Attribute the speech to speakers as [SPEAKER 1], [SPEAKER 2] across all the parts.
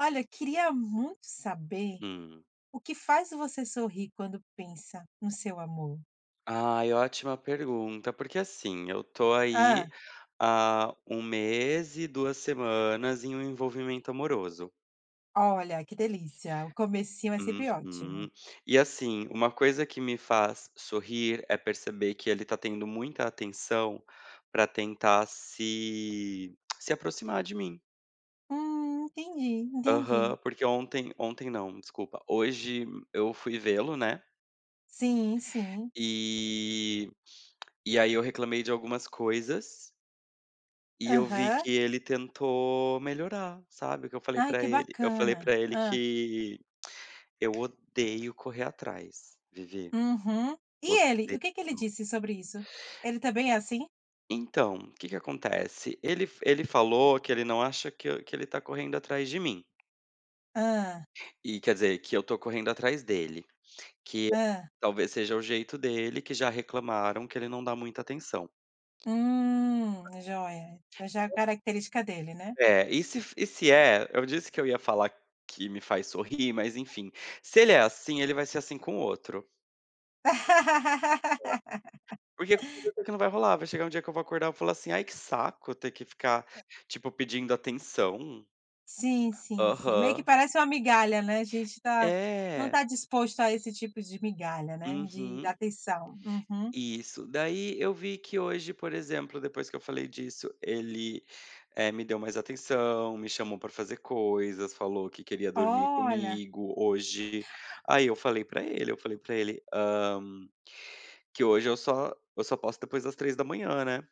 [SPEAKER 1] Olha, eu queria muito saber
[SPEAKER 2] Hum.
[SPEAKER 1] o que faz você sorrir quando pensa no seu amor.
[SPEAKER 2] Ai, ótima pergunta, porque assim, eu tô
[SPEAKER 1] Ah,
[SPEAKER 2] aí há um mês e 2 semanas em um envolvimento amoroso.
[SPEAKER 1] olha, que delícia, o comecinho é sempre ótimo.
[SPEAKER 2] Uhum. E assim, uma coisa que me faz sorrir é perceber que ele tá tendo muita atenção pra tentar se aproximar de mim.
[SPEAKER 1] Entendi,
[SPEAKER 2] Aham,
[SPEAKER 1] entendi.
[SPEAKER 2] porque ontem ontem não, desculpa, hoje eu fui vê-lo, né,
[SPEAKER 1] Sim, sim.
[SPEAKER 2] e e aí eu reclamei de algumas coisas. E eu vi
[SPEAKER 1] Aham.
[SPEAKER 2] que ele tentou melhorar, sabe? O que eu falei
[SPEAKER 1] Ai,
[SPEAKER 2] pra
[SPEAKER 1] que
[SPEAKER 2] ele? Eu falei
[SPEAKER 1] bacana.
[SPEAKER 2] pra ele
[SPEAKER 1] Ah,
[SPEAKER 2] que eu odeio correr atrás, Vivi,
[SPEAKER 1] uhum. E ele, o que que ele
[SPEAKER 2] odeio.
[SPEAKER 1] disse sobre isso? Ele também é assim?
[SPEAKER 2] Então, o que que acontece? Ele falou que ele não acha que eu que ele tá correndo atrás de mim,
[SPEAKER 1] Ah,
[SPEAKER 2] e quer dizer, que eu tô correndo atrás dele, que
[SPEAKER 1] ah.
[SPEAKER 2] talvez seja o jeito dele, que já reclamaram que ele não dá muita atenção.
[SPEAKER 1] Joia. Então já é a característica dele, né?
[SPEAKER 2] É, e se é, eu disse que eu ia falar que me faz sorrir, mas enfim, se ele é assim, ele vai ser assim com o outro. Porque com certeza que não vai rolar, vai chegar um dia que eu vou acordar e vou falar assim: "Ai, que saco ter que ficar, tipo, pedindo atenção".
[SPEAKER 1] Sim, sim, sim. Meio que
[SPEAKER 2] Aham.
[SPEAKER 1] parece uma migalha, né, a gente tá não
[SPEAKER 2] É.
[SPEAKER 1] tá disposto a esse tipo de migalha, né, de
[SPEAKER 2] Uhum.
[SPEAKER 1] atenção. Uhum.
[SPEAKER 2] Isso. Daí eu vi que hoje, por exemplo, depois que eu falei disso, ele, me deu mais atenção, me chamou pra fazer coisas, falou que queria dormir
[SPEAKER 1] Olha.
[SPEAKER 2] comigo hoje. Aí eu falei pra ele, eu falei pra ele, que hoje eu só posso depois das três da manhã, né,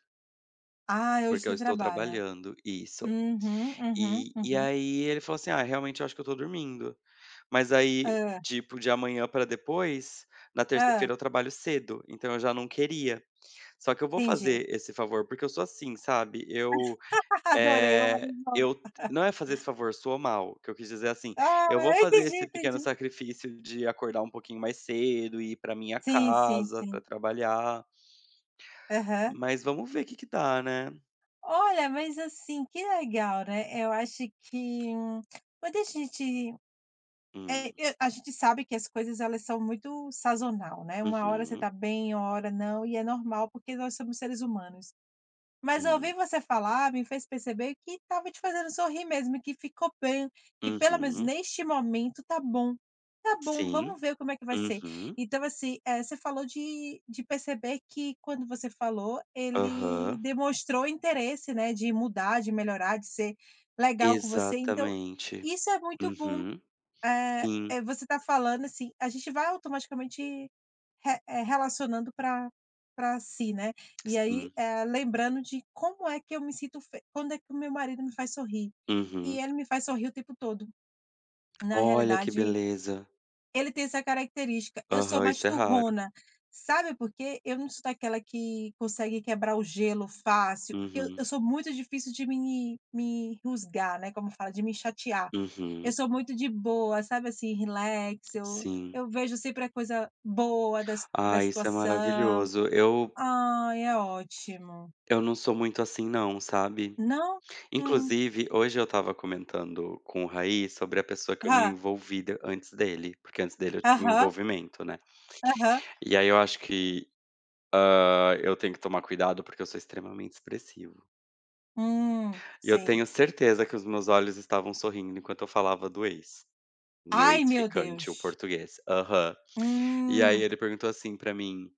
[SPEAKER 1] Ah, é hoje
[SPEAKER 2] porque eu
[SPEAKER 1] você
[SPEAKER 2] estou
[SPEAKER 1] trabalha.
[SPEAKER 2] trabalhando. Isso.
[SPEAKER 1] Uhum, uhum,
[SPEAKER 2] E
[SPEAKER 1] uhum.
[SPEAKER 2] aí ele falou assim: "Ah, realmente eu acho que eu tô dormindo". Mas aí,
[SPEAKER 1] Hã,
[SPEAKER 2] tipo, de amanhã pra depois, na terça-feira
[SPEAKER 1] hã,
[SPEAKER 2] eu trabalho cedo, então eu já não queria. Só que eu vou
[SPEAKER 1] entendi.
[SPEAKER 2] fazer esse favor, porque eu sou assim, sabe, eu,
[SPEAKER 1] Adorei, vou
[SPEAKER 2] eh,
[SPEAKER 1] fazer de novo.
[SPEAKER 2] eu não é fazer esse favor, sou mal, que eu quis dizer assim,
[SPEAKER 1] Ah,
[SPEAKER 2] eu vou fazer
[SPEAKER 1] entendi,
[SPEAKER 2] esse pequeno
[SPEAKER 1] entendi.
[SPEAKER 2] sacrifício de acordar um pouquinho mais cedo e ir pra minha
[SPEAKER 1] Sim, sim,
[SPEAKER 2] casa
[SPEAKER 1] sim.
[SPEAKER 2] pra trabalhar,
[SPEAKER 1] Aham.
[SPEAKER 2] mas vamos ver o que que dá, né.
[SPEAKER 1] Olha, mas assim, que legal, né, eu acho que quando a gente é,
[SPEAKER 2] Hum.
[SPEAKER 1] e a gente sabe que as coisas elas são muito sazonal, né, uma hora você tá
[SPEAKER 2] Uhum.
[SPEAKER 1] bem, uma hora não, e é normal, porque nós somos seres humanos. Mas
[SPEAKER 2] Hum.
[SPEAKER 1] ouvir você falar me fez perceber que estava te fazendo sorrir mesmo e que ficou bem, que pelo menos
[SPEAKER 2] Uhum.
[SPEAKER 1] neste momento tá bom. Tá bom,
[SPEAKER 2] Sim.
[SPEAKER 1] vamos ver como é que vai ser.
[SPEAKER 2] Uhum.
[SPEAKER 1] Então assim, você falou de perceber que quando você falou, ele
[SPEAKER 2] Aham,
[SPEAKER 1] demonstrou interesse, né, de mudar, de melhorar, de ser legal com você, então
[SPEAKER 2] exatamente.
[SPEAKER 1] isso é muito bom,
[SPEAKER 2] Uhum, sim,
[SPEAKER 1] você tá falando, assim, a gente vai automaticamente re relacionando para para si, né. E aí,
[SPEAKER 2] sim.
[SPEAKER 1] lembrando de como é que eu me sinto fe quando é que o meu marido me faz sorrir. E
[SPEAKER 2] Uhum.
[SPEAKER 1] ele me faz sorrir o tempo todo. Na
[SPEAKER 2] Olha que
[SPEAKER 1] realidade
[SPEAKER 2] beleza.
[SPEAKER 1] ele tem essa característica. Eu sou
[SPEAKER 2] Aham,
[SPEAKER 1] mais
[SPEAKER 2] isso é raro.
[SPEAKER 1] turrona, sabe por quê? Eu não sou daquela que consegue quebrar o gelo fácil, porque eu
[SPEAKER 2] Uhum,
[SPEAKER 1] eu sou muito difícil de me rusgar, né, como fala, de me chatear. Eu
[SPEAKER 2] uhum,
[SPEAKER 1] sou muito de boa, sabe, assim, relax, eu
[SPEAKER 2] sim.
[SPEAKER 1] eu vejo sempre a coisa boa das da
[SPEAKER 2] Ah, isso é
[SPEAKER 1] situação.
[SPEAKER 2] maravilhoso. Eu
[SPEAKER 1] Ai, é ótimo.
[SPEAKER 2] eu não sou muito assim não, sabe.
[SPEAKER 1] Não? Hum.
[SPEAKER 2] Inclusive, hoje eu estava comentando com o Raí sobre a pessoa que eu me
[SPEAKER 1] Hã.
[SPEAKER 2] envolvi de antes dele, porque antes dele eu tive um
[SPEAKER 1] Aham,
[SPEAKER 2] envolvimento, né.
[SPEAKER 1] aham.
[SPEAKER 2] E aí eu acho que, eu tenho que tomar cuidado, porque eu sou extremamente expressivo. E eu
[SPEAKER 1] Sei.
[SPEAKER 2] tenho certeza que os meus olhos estavam sorrindo enquanto eu falava do ex, do meu
[SPEAKER 1] Ai, meu
[SPEAKER 2] ex-ficante, o
[SPEAKER 1] Deus.
[SPEAKER 2] português. Aham. E aí
[SPEAKER 1] Hum,
[SPEAKER 2] ele perguntou assim pra mim: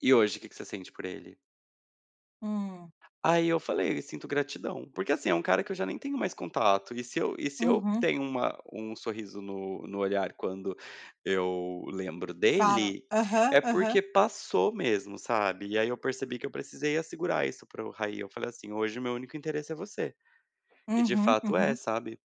[SPEAKER 2] "E hoje, o que que você sente por ele?"
[SPEAKER 1] hum.
[SPEAKER 2] Aí eu falei: "Eu sinto gratidão", porque assim, é um cara que eu já nem tenho mais contato, e se eu
[SPEAKER 1] Uhum.
[SPEAKER 2] tenho uma um sorriso no olhar quando eu lembro
[SPEAKER 1] Falam.
[SPEAKER 2] dele,
[SPEAKER 1] Aham,
[SPEAKER 2] é
[SPEAKER 1] aham.
[SPEAKER 2] porque passou mesmo, sabe. E aí eu percebi que eu precisei assegurar isso para o Raí, eu falei assim: "Hoje o meu único interesse é você", e de
[SPEAKER 1] Uhum,
[SPEAKER 2] fato é,
[SPEAKER 1] uhum.
[SPEAKER 2] sabe.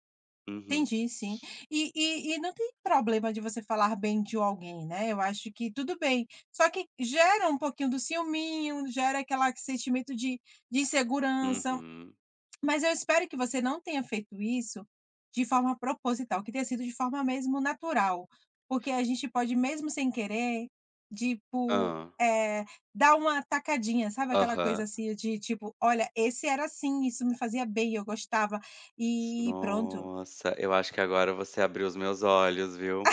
[SPEAKER 2] Uhum.
[SPEAKER 1] Entendi, sim. E e não tem problema de você falar bem de alguém, né, eu acho que tudo bem. Só que gera um pouquinho do ciúminho, gera aquele sentimento de insegurança.
[SPEAKER 2] Uhum.
[SPEAKER 1] Mas eu espero que você não tenha feito isso de forma proposital, que tenha sido de forma mesmo natural, porque a gente pode, mesmo sem querer, tipo,
[SPEAKER 2] ah
[SPEAKER 1] dar uma tacadinha, sabe aquela coisa
[SPEAKER 2] Aham.
[SPEAKER 1] assim de tipo: "Olha, esse era assim, isso me fazia bem, eu gostava", e pronto.
[SPEAKER 2] Nossa, eu acho que agora você abriu os meus olhos, viu.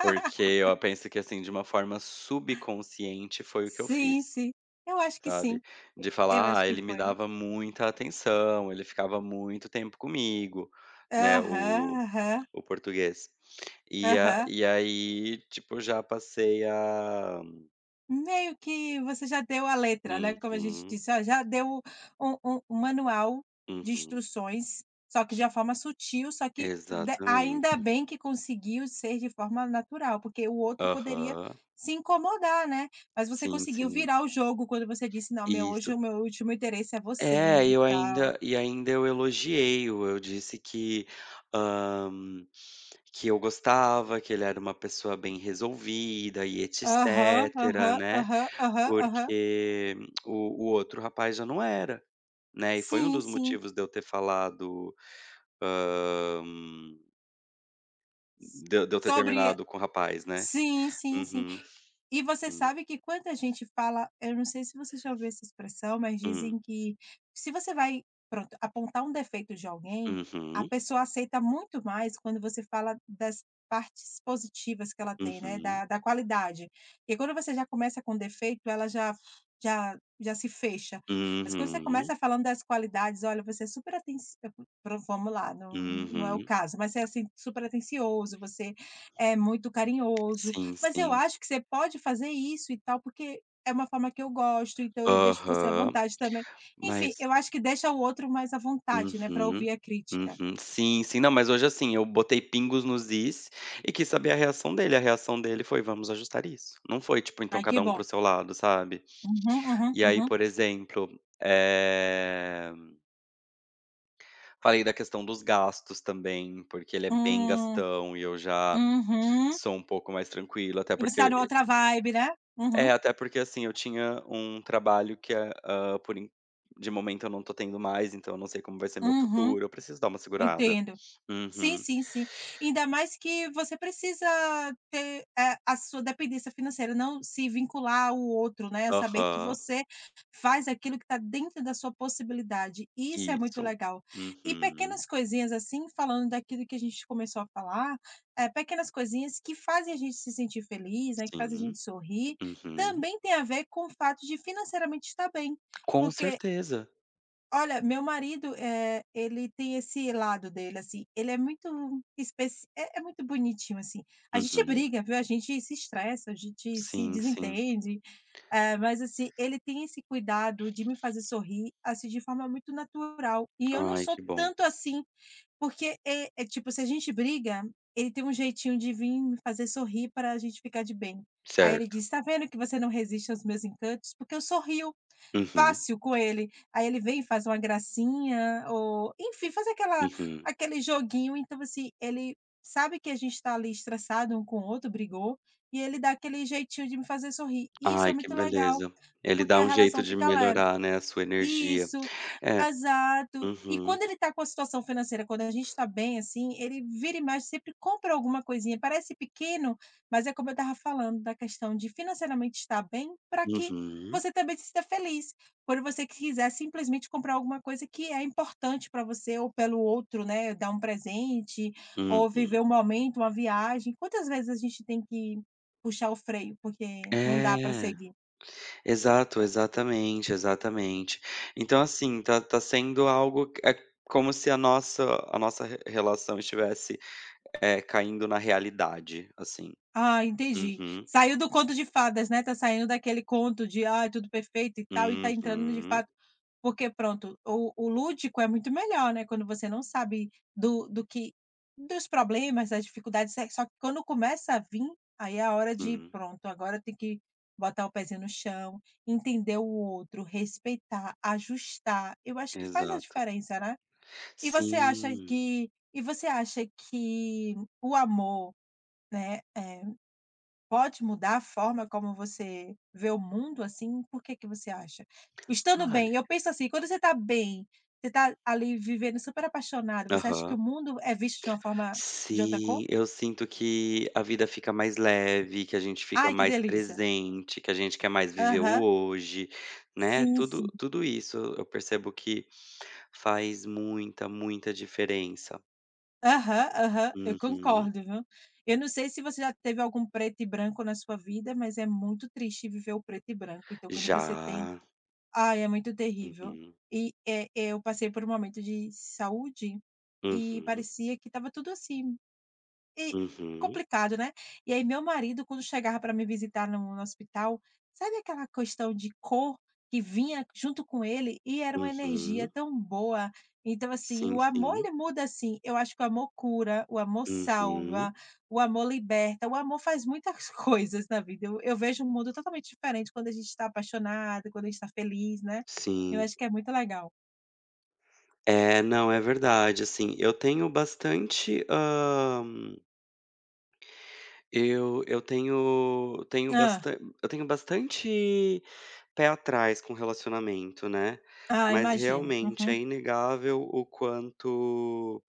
[SPEAKER 2] Porque eu penso que, assim, de uma forma subconsciente foi o que eu
[SPEAKER 1] Sim,
[SPEAKER 2] fiz,
[SPEAKER 1] sim. Eu acho que sim,
[SPEAKER 2] sabe. De
[SPEAKER 1] eu
[SPEAKER 2] falar:
[SPEAKER 1] acho
[SPEAKER 2] "Ah,
[SPEAKER 1] que
[SPEAKER 2] ele me
[SPEAKER 1] foi.
[SPEAKER 2] dava muita atenção, ele ficava muito tempo comigo", né,
[SPEAKER 1] Aham, aham,
[SPEAKER 2] o português.
[SPEAKER 1] aham.
[SPEAKER 2] E aí, tipo, já passei a
[SPEAKER 1] Meio que você já deu a letra, né, como a gente
[SPEAKER 2] uhum,
[SPEAKER 1] disse, ó, já deu um manual de
[SPEAKER 2] uhum.
[SPEAKER 1] instruções, só que de uma forma sutil, só que de ainda
[SPEAKER 2] Exatamente.
[SPEAKER 1] bem que conseguiu ser de forma natural, porque o outro poderia
[SPEAKER 2] Aham.
[SPEAKER 1] se incomodar, né. Mas você
[SPEAKER 2] Sim,
[SPEAKER 1] conseguiu
[SPEAKER 2] sim.
[SPEAKER 1] virar o jogo quando você disse: "Não, meu hoje
[SPEAKER 2] Isso.
[SPEAKER 1] o meu último interesse é você
[SPEAKER 2] É,
[SPEAKER 1] e
[SPEAKER 2] eu
[SPEAKER 1] tal".
[SPEAKER 2] ainda e ainda eu elogiei-o, eu disse que, hã, que eu gostava, que ele era uma pessoa bem resolvida e
[SPEAKER 1] Aham,
[SPEAKER 2] etcétera,
[SPEAKER 1] aham,
[SPEAKER 2] né,
[SPEAKER 1] aham, aham, aham.
[SPEAKER 2] porque o outro rapaz já não era, né, e foi um
[SPEAKER 1] Sim,
[SPEAKER 2] dos
[SPEAKER 1] sim.
[SPEAKER 2] motivos de eu ter falado, hã, de eu ter
[SPEAKER 1] Sobre
[SPEAKER 2] terminado com o rapaz, né.
[SPEAKER 1] sim, sim, sim.
[SPEAKER 2] Uhum,
[SPEAKER 1] E você
[SPEAKER 2] sim.
[SPEAKER 1] sabe que quando a gente fala eu não sei se você já ouviu essa expressão, mas
[SPEAKER 2] Hum.
[SPEAKER 1] dizem que se você vai, pronto, apontar um defeito de alguém, a
[SPEAKER 2] Uhum,
[SPEAKER 1] pessoa aceita muito mais quando você fala das partes positivas que ela tem, né,
[SPEAKER 2] uhum,
[SPEAKER 1] da da qualidade. E quando você já começa com defeito, ela já já se fecha. Mas quando você
[SPEAKER 2] uhum,
[SPEAKER 1] começa falando das qualidades: "Olha, você é super atenci" vamos lá, não não é o
[SPEAKER 2] uhum.
[SPEAKER 1] caso, mas você é, assim, super atencioso, você é muito carinhoso,
[SPEAKER 2] Sim,
[SPEAKER 1] mas eu
[SPEAKER 2] sim.
[SPEAKER 1] acho que você pode fazer isso e tal, porque é uma forma que eu gosto, então eu deixo você à
[SPEAKER 2] Aham,
[SPEAKER 1] vontade também. Enfim,
[SPEAKER 2] mas
[SPEAKER 1] eu acho que deixa o outro mais à vontade, né, para
[SPEAKER 2] uhum.
[SPEAKER 1] ouvir a crítica.
[SPEAKER 2] Uhum. Sim, sim. Não, mas hoje, assim, eu botei pingos nos is e quis saber a reação dele. A reação dele foi: "Vamos ajustar isso". Não foi, tipo: "Então
[SPEAKER 1] Ai, que
[SPEAKER 2] cada um
[SPEAKER 1] bom.
[SPEAKER 2] para o seu lado", sabe.
[SPEAKER 1] Uhum, uhum,
[SPEAKER 2] E aí,
[SPEAKER 1] uhum.
[SPEAKER 2] por exemplo, eh, falei da questão dos gastos também, porque ele é bem
[SPEAKER 1] Hum,
[SPEAKER 2] gastão e eu já
[SPEAKER 1] uhum.
[SPEAKER 2] sou um pouco mais tranquilo, até
[SPEAKER 1] E você tá
[SPEAKER 2] porque
[SPEAKER 1] numa outra vibe, né? Uhum,
[SPEAKER 2] até porque, assim, eu tinha um trabalho que é, hã, por en de momento eu não tô tendo mais, então eu não sei como vai ser meu
[SPEAKER 1] uhum.
[SPEAKER 2] futuro, eu preciso dar uma segurada.
[SPEAKER 1] Entendo. Sim,
[SPEAKER 2] Uhum.
[SPEAKER 1] sim, sim. Ainda mais que você precisa ter, a sua dependência financeira, não se vincular ao outro, né, saber que
[SPEAKER 2] Aham.
[SPEAKER 1] você faz aquilo que está dentro da sua possibilidade, isso é muito
[SPEAKER 2] Isso.
[SPEAKER 1] legal. E
[SPEAKER 2] Uhum.
[SPEAKER 1] pequenas coisinhas, assim, falando daquilo que a gente começou a falar, pequenas coisinhas que fazem a gente se sentir feliz, né, que faz a gente
[SPEAKER 2] Sim.
[SPEAKER 1] sorrir,
[SPEAKER 2] Uhum.
[SPEAKER 1] também tem a ver com o fato de financeiramente estar bem,
[SPEAKER 2] Com
[SPEAKER 1] porque
[SPEAKER 2] certeza.
[SPEAKER 1] olha, meu marido, é, ele tem esse lado dele, assim, ele é muito especi é é muito bonitinho, assim. A gente
[SPEAKER 2] Uhum.
[SPEAKER 1] briga, viu, a gente se estressa, a gente se
[SPEAKER 2] Sim, sim.
[SPEAKER 1] desentende, mas, assim, ele tem esse cuidado de me fazer sorrir, assim, de forma muito natural, e eu não
[SPEAKER 2] Ai,
[SPEAKER 1] sou
[SPEAKER 2] que bom.
[SPEAKER 1] tanto assim, porque, é é, tipo, se a gente briga, ele tem um jeitinho de vir me fazer sorrir para a gente ficar de bem. Aí ele
[SPEAKER 2] Certo.
[SPEAKER 1] diz: "Tá vendo que você não resiste aos meus encantos? Porque eu sorrio".
[SPEAKER 2] Uhum,
[SPEAKER 1] Fácil com ele. Aí ele vem e faz uma gracinha ou enfim, faz aquela
[SPEAKER 2] uhum.
[SPEAKER 1] aquele joguinho, então assim, ele sabe que a gente está ali estressado um com o outro, brigou, e ele dá aquele jeitinho de me fazer sorrir. E isso é
[SPEAKER 2] Ai, que
[SPEAKER 1] muito legal,
[SPEAKER 2] beleza. Ele
[SPEAKER 1] porque
[SPEAKER 2] dá
[SPEAKER 1] a
[SPEAKER 2] um jeito
[SPEAKER 1] relação
[SPEAKER 2] de
[SPEAKER 1] fica leve.
[SPEAKER 2] melhorar, né, a sua energia.
[SPEAKER 1] Isso,
[SPEAKER 2] É.
[SPEAKER 1] exato. E
[SPEAKER 2] Uhum,
[SPEAKER 1] quando ele tá com a situação financeira, quando a gente tá bem, assim, ele vira e mexe, sempre compra alguma coisinha. Parece pequeno, mas é como eu estava falando da questão de financeiramente estar bem, para que
[SPEAKER 2] uhum,
[SPEAKER 1] você também se sinta feliz. Quando você quiser simplesmente comprar alguma coisa que é importante para você ou pelo outro, né, dar um presente ou
[SPEAKER 2] uhum.
[SPEAKER 1] viver um momento, uma viagem. Quantas vezes a gente tem que puxar o freio, porque não dá para
[SPEAKER 2] É.
[SPEAKER 1] seguir?
[SPEAKER 2] Exato, exatamente, exatamente. Então, assim, tá sendo algo que é como se a nossa re relação estivesse, é caindo na realidade, assim.
[SPEAKER 1] Ah, entendi.
[SPEAKER 2] Uhum.
[SPEAKER 1] Saiu do conto de fadas, né, tá saindo daquele conto de: ah, é tudo perfeito e tal", e tá entrando de
[SPEAKER 2] Uhum.
[SPEAKER 1] fato porque pronto, o lúdico é muito melhor, né, quando você não sabe do do que dos problemas, das dificuldades, só que quando começa a vir, aí é a hora de:
[SPEAKER 2] Sim,
[SPEAKER 1] "Pronto, agora tem que botar o pezinho no chão, entender o outro, respeitar, ajustar". Eu acho que faz a
[SPEAKER 2] exato.
[SPEAKER 1] diferença, né. E você acha
[SPEAKER 2] Sim.
[SPEAKER 1] que o amor, né, eh pode mudar a forma como você vê o mundo, assim? Por que que você acha? Estando
[SPEAKER 2] Ai.
[SPEAKER 1] bem, eu penso assim, quando você tá bem, você tá ali vivendo super apaixonado, você acha que
[SPEAKER 2] Aham.
[SPEAKER 1] o mundo é visto de uma forma de outra cor?
[SPEAKER 2] Sim, eu sinto que a vida fica mais leve, que a gente fica
[SPEAKER 1] "Ai, que
[SPEAKER 2] mais
[SPEAKER 1] delícia".
[SPEAKER 2] presente, que a gente quer mais viver o
[SPEAKER 1] Aham.
[SPEAKER 2] hoje, né,
[SPEAKER 1] Sim, sim.
[SPEAKER 2] tudo isso eu percebo que faz muita, muita diferença.
[SPEAKER 1] Aham, aham. Eu
[SPEAKER 2] Uhum.
[SPEAKER 1] concordo, viu. Eu não sei se você já teve algum preto e branco na sua vida, mas é muito triste viver o preto e branco, então quando você tem
[SPEAKER 2] Já.
[SPEAKER 1] ai, é muito terrível.
[SPEAKER 2] Uhum.
[SPEAKER 1] E, é eu passei por um momento de saúde e
[SPEAKER 2] Uhum.
[SPEAKER 1] parecia que estava tudo assim, e
[SPEAKER 2] Uhum.
[SPEAKER 1] complicado, né. E aí meu marido quando chegava para me visitar no no hospital, sabe aquela questão de cor que vinha junto com ele e era uma energia
[SPEAKER 2] Uhum.
[SPEAKER 1] tão boa. Então assim,
[SPEAKER 2] Sim,
[SPEAKER 1] o amor
[SPEAKER 2] sim.
[SPEAKER 1] ele muda assim, eu acho que o amor cura, o amor
[SPEAKER 2] Uhum.
[SPEAKER 1] salva, o amor liberta, o amor faz muitas coisas na vida. Eu vejo um mundo totalmente diferente quando a gente está apaixonado, quando a gente está feliz, né. Eu
[SPEAKER 2] Sim.
[SPEAKER 1] acho que é muito legal.
[SPEAKER 2] É, não, é verdade, assim, eu tenho bastante, hã, eu tenho tenho
[SPEAKER 1] Hã.
[SPEAKER 2] bastante, eu tenho bastante pé atrás com relacionamento, né,
[SPEAKER 1] Ah,
[SPEAKER 2] mas
[SPEAKER 1] imagino.
[SPEAKER 2] realmente
[SPEAKER 1] Uhum.
[SPEAKER 2] é inegável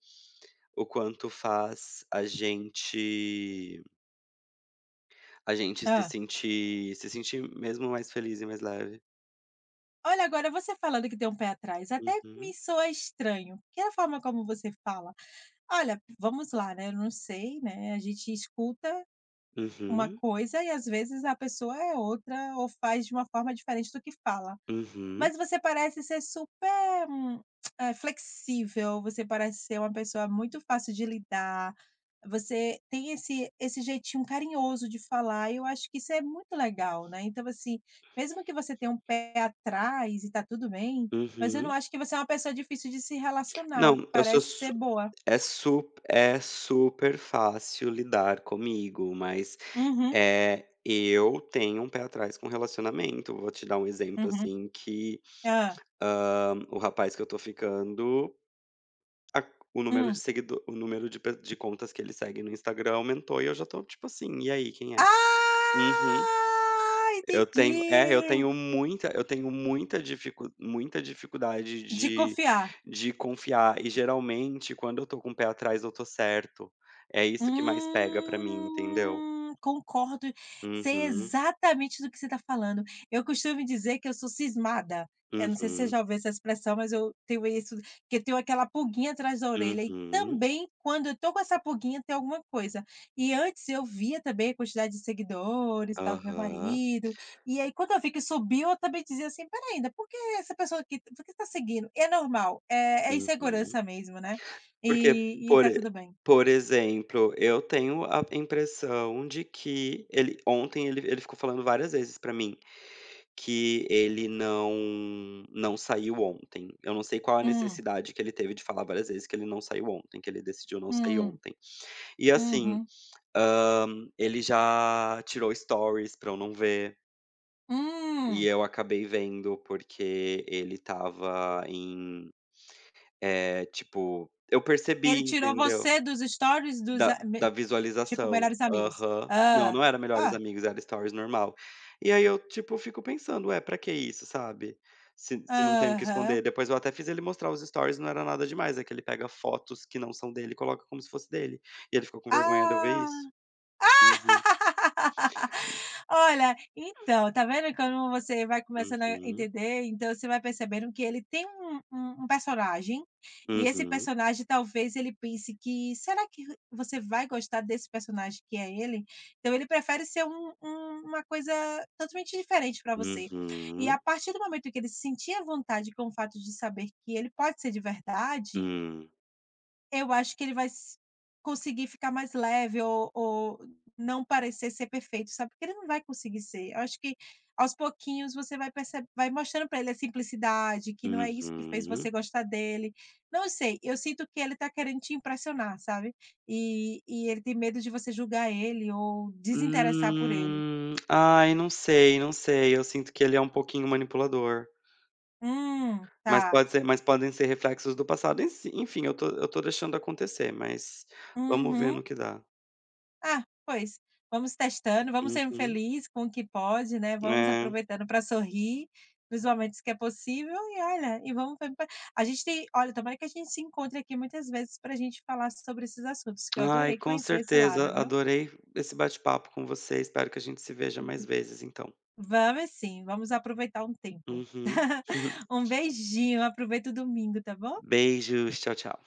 [SPEAKER 2] o quanto faz a gente
[SPEAKER 1] Hã.
[SPEAKER 2] se sentir mesmo mais feliz e mais leve.
[SPEAKER 1] Olha, agora você falando que tem um pé atrás, até me
[SPEAKER 2] Uhum,
[SPEAKER 1] soa estranho, porque a forma como você fala: "Olha, vamos lá, né, eu não sei, né", a gente escuta uma
[SPEAKER 2] uhum,
[SPEAKER 1] coisa e às vezes a pessoa é outra ou faz de uma forma diferente do que fala.
[SPEAKER 2] uhum,
[SPEAKER 1] Mas você parece ser super, flexível, você parece ser uma pessoa muito fácil de lidar, você tem esse esse jeitinho carinhoso de falar e eu acho que isso é muito legal, né. Então assim, mesmo que você tenha um pé atrás e tá tudo bem, mas eu não
[SPEAKER 2] uhum.
[SPEAKER 1] acho que você é uma pessoa difícil de se relacionar,
[SPEAKER 2] Não, eu sou
[SPEAKER 1] parece ser boa.
[SPEAKER 2] É sup é super fácil lidar comigo, mas,
[SPEAKER 1] Uhum,
[SPEAKER 2] é eu tenho um pé atrás com relacionamento. Vou te dar um exemplo,
[SPEAKER 1] uhum.
[SPEAKER 2] assim, que,
[SPEAKER 1] Hã.
[SPEAKER 2] o rapaz que eu tô ficando, a o número de
[SPEAKER 1] Hum.
[SPEAKER 2] seguido o número de pe de contas que ele segue no Instagram aumentou e eu já tô tipo assim: "E aí, quem é?" Uhum.
[SPEAKER 1] Ah,
[SPEAKER 2] Eu
[SPEAKER 1] entendi.
[SPEAKER 2] tenho muita eu tenho muita dificuldade
[SPEAKER 1] De confiar.
[SPEAKER 2] de confiar e geralmente quando eu estou com o pé atrás eu estou certo. É isso que mais pega pra mim, entendeu?
[SPEAKER 1] Concordo. Sei
[SPEAKER 2] Uhum,
[SPEAKER 1] exatamente do que você está falando. Eu costumo dizer que eu sou cismada. Eu não sei se você
[SPEAKER 2] uhum,
[SPEAKER 1] já ouviu essa expressão, mas eu tenho isso, que eu tenho aquela pulguinha atrás da orelha e
[SPEAKER 2] uhum,
[SPEAKER 1] também quando eu tô com essa pulguinha tem alguma coisa. E antes eu via também a quantidade de seguidores, tal, do meu
[SPEAKER 2] aham,
[SPEAKER 1] marido, e aí quando eu vi que subiu, eu também dizia assim: "Espera ainda, por que essa pessoa aqui por que está seguindo?". É normal, é é
[SPEAKER 2] uhum.
[SPEAKER 1] insegurança mesmo, né.
[SPEAKER 2] Porque,
[SPEAKER 1] E
[SPEAKER 2] por
[SPEAKER 1] tá
[SPEAKER 2] e
[SPEAKER 1] tudo bem.
[SPEAKER 2] por exemplo, eu tenho a impressão de que ele ontem ele ficou falando várias vezes pra mim que ele não não saiu ontem. Eu não sei qual a
[SPEAKER 1] Hum.
[SPEAKER 2] necessidade que ele teve de falar várias vezes que ele não saiu ontem, que ele decidiu não sair
[SPEAKER 1] Hum,
[SPEAKER 2] ontem. E assim,
[SPEAKER 1] uhum.
[SPEAKER 2] hã, ele já tirou stories pra eu não ver, e
[SPEAKER 1] Hum,
[SPEAKER 2] eu acabei vendo porque ele estava em, tipo eu percebi,
[SPEAKER 1] ele tirou
[SPEAKER 2] entendeu?
[SPEAKER 1] você dos stories dos
[SPEAKER 2] Da
[SPEAKER 1] a me
[SPEAKER 2] da
[SPEAKER 1] tipo,
[SPEAKER 2] visualização.
[SPEAKER 1] melhores amigos.
[SPEAKER 2] Aham. Não,
[SPEAKER 1] Hã.
[SPEAKER 2] não era Melhores
[SPEAKER 1] Hã.
[SPEAKER 2] Amigos, era Stories normal. E aí eu, tipo, fico pensando: "Ué, pra que isso?", sabe, se não tenho o que
[SPEAKER 1] Aham.
[SPEAKER 2] esconder. Depois eu até fiz ele mostrar os Stories, não era nada demais, é que ele pega fotos que não são dele e coloca como se fosse dele. E ele ficou com vergonha de eu ver isso.
[SPEAKER 1] Ah.
[SPEAKER 2] Uhum.
[SPEAKER 1] Olha, então, tá vendo quando você vai começando a
[SPEAKER 2] Uhum.
[SPEAKER 1] entender, então você vai percebendo que ele tem um um personagem, e esse
[SPEAKER 2] Uhum.
[SPEAKER 1] personagem talvez ele pense que: "Será que você vai gostar desse personagem que é ele?". Então ele prefere ser um uma coisa totalmente diferente para você. E
[SPEAKER 2] Uhum.
[SPEAKER 1] a partir do momento que ele sentir a vontade com o fato de saber que ele pode ser de verdade,
[SPEAKER 2] Hum.
[SPEAKER 1] eu acho que ele vai s conseguir ficar mais leve ou não parecer ser perfeito, sabe, porque ele não vai conseguir ser. Eu acho que aos pouquinhos você vai perceber, vai mostrando para ele a simplicidade, que não é isso que fez
[SPEAKER 2] Uhum.
[SPEAKER 1] você gostar dele. Não sei, eu sinto que ele tá querendo te impressionar, sabe, e ele tem medo de você julgar ele ou desinteressar por ele.
[SPEAKER 2] Hum. Ai, não sei, não sei, eu sinto que ele é um pouquinho manipulador.
[SPEAKER 1] Tá.
[SPEAKER 2] Mas podem ser reflexos do passado em si enfim, eu tô deixando acontecer, mas vamos ver
[SPEAKER 1] Uhum".
[SPEAKER 2] no que dá.
[SPEAKER 1] Ah, pois, vamos testando, vamos sendo
[SPEAKER 2] Uhum.
[SPEAKER 1] feliz com o que pode, né, vamos
[SPEAKER 2] É.
[SPEAKER 1] aproveitando para sorrir nos momentos que é possível e olha, e vamos pra- pra- a gente tem olha, tomara que a gente se encontre aqui muitas vezes para a gente falar sobre esses assuntos, que eu
[SPEAKER 2] Ai,
[SPEAKER 1] adorei
[SPEAKER 2] com
[SPEAKER 1] conhecer esse
[SPEAKER 2] certeza,
[SPEAKER 1] lado, viu.
[SPEAKER 2] adorei esse bate-papo com você, espero que a gente se veja mais vezes então.
[SPEAKER 1] Vamos sim, vamos aproveitar um tempo.
[SPEAKER 2] Uhum.
[SPEAKER 1] Um beijinho, aproveita o domingo, tá bom?
[SPEAKER 2] Beijos, tchau, tchau.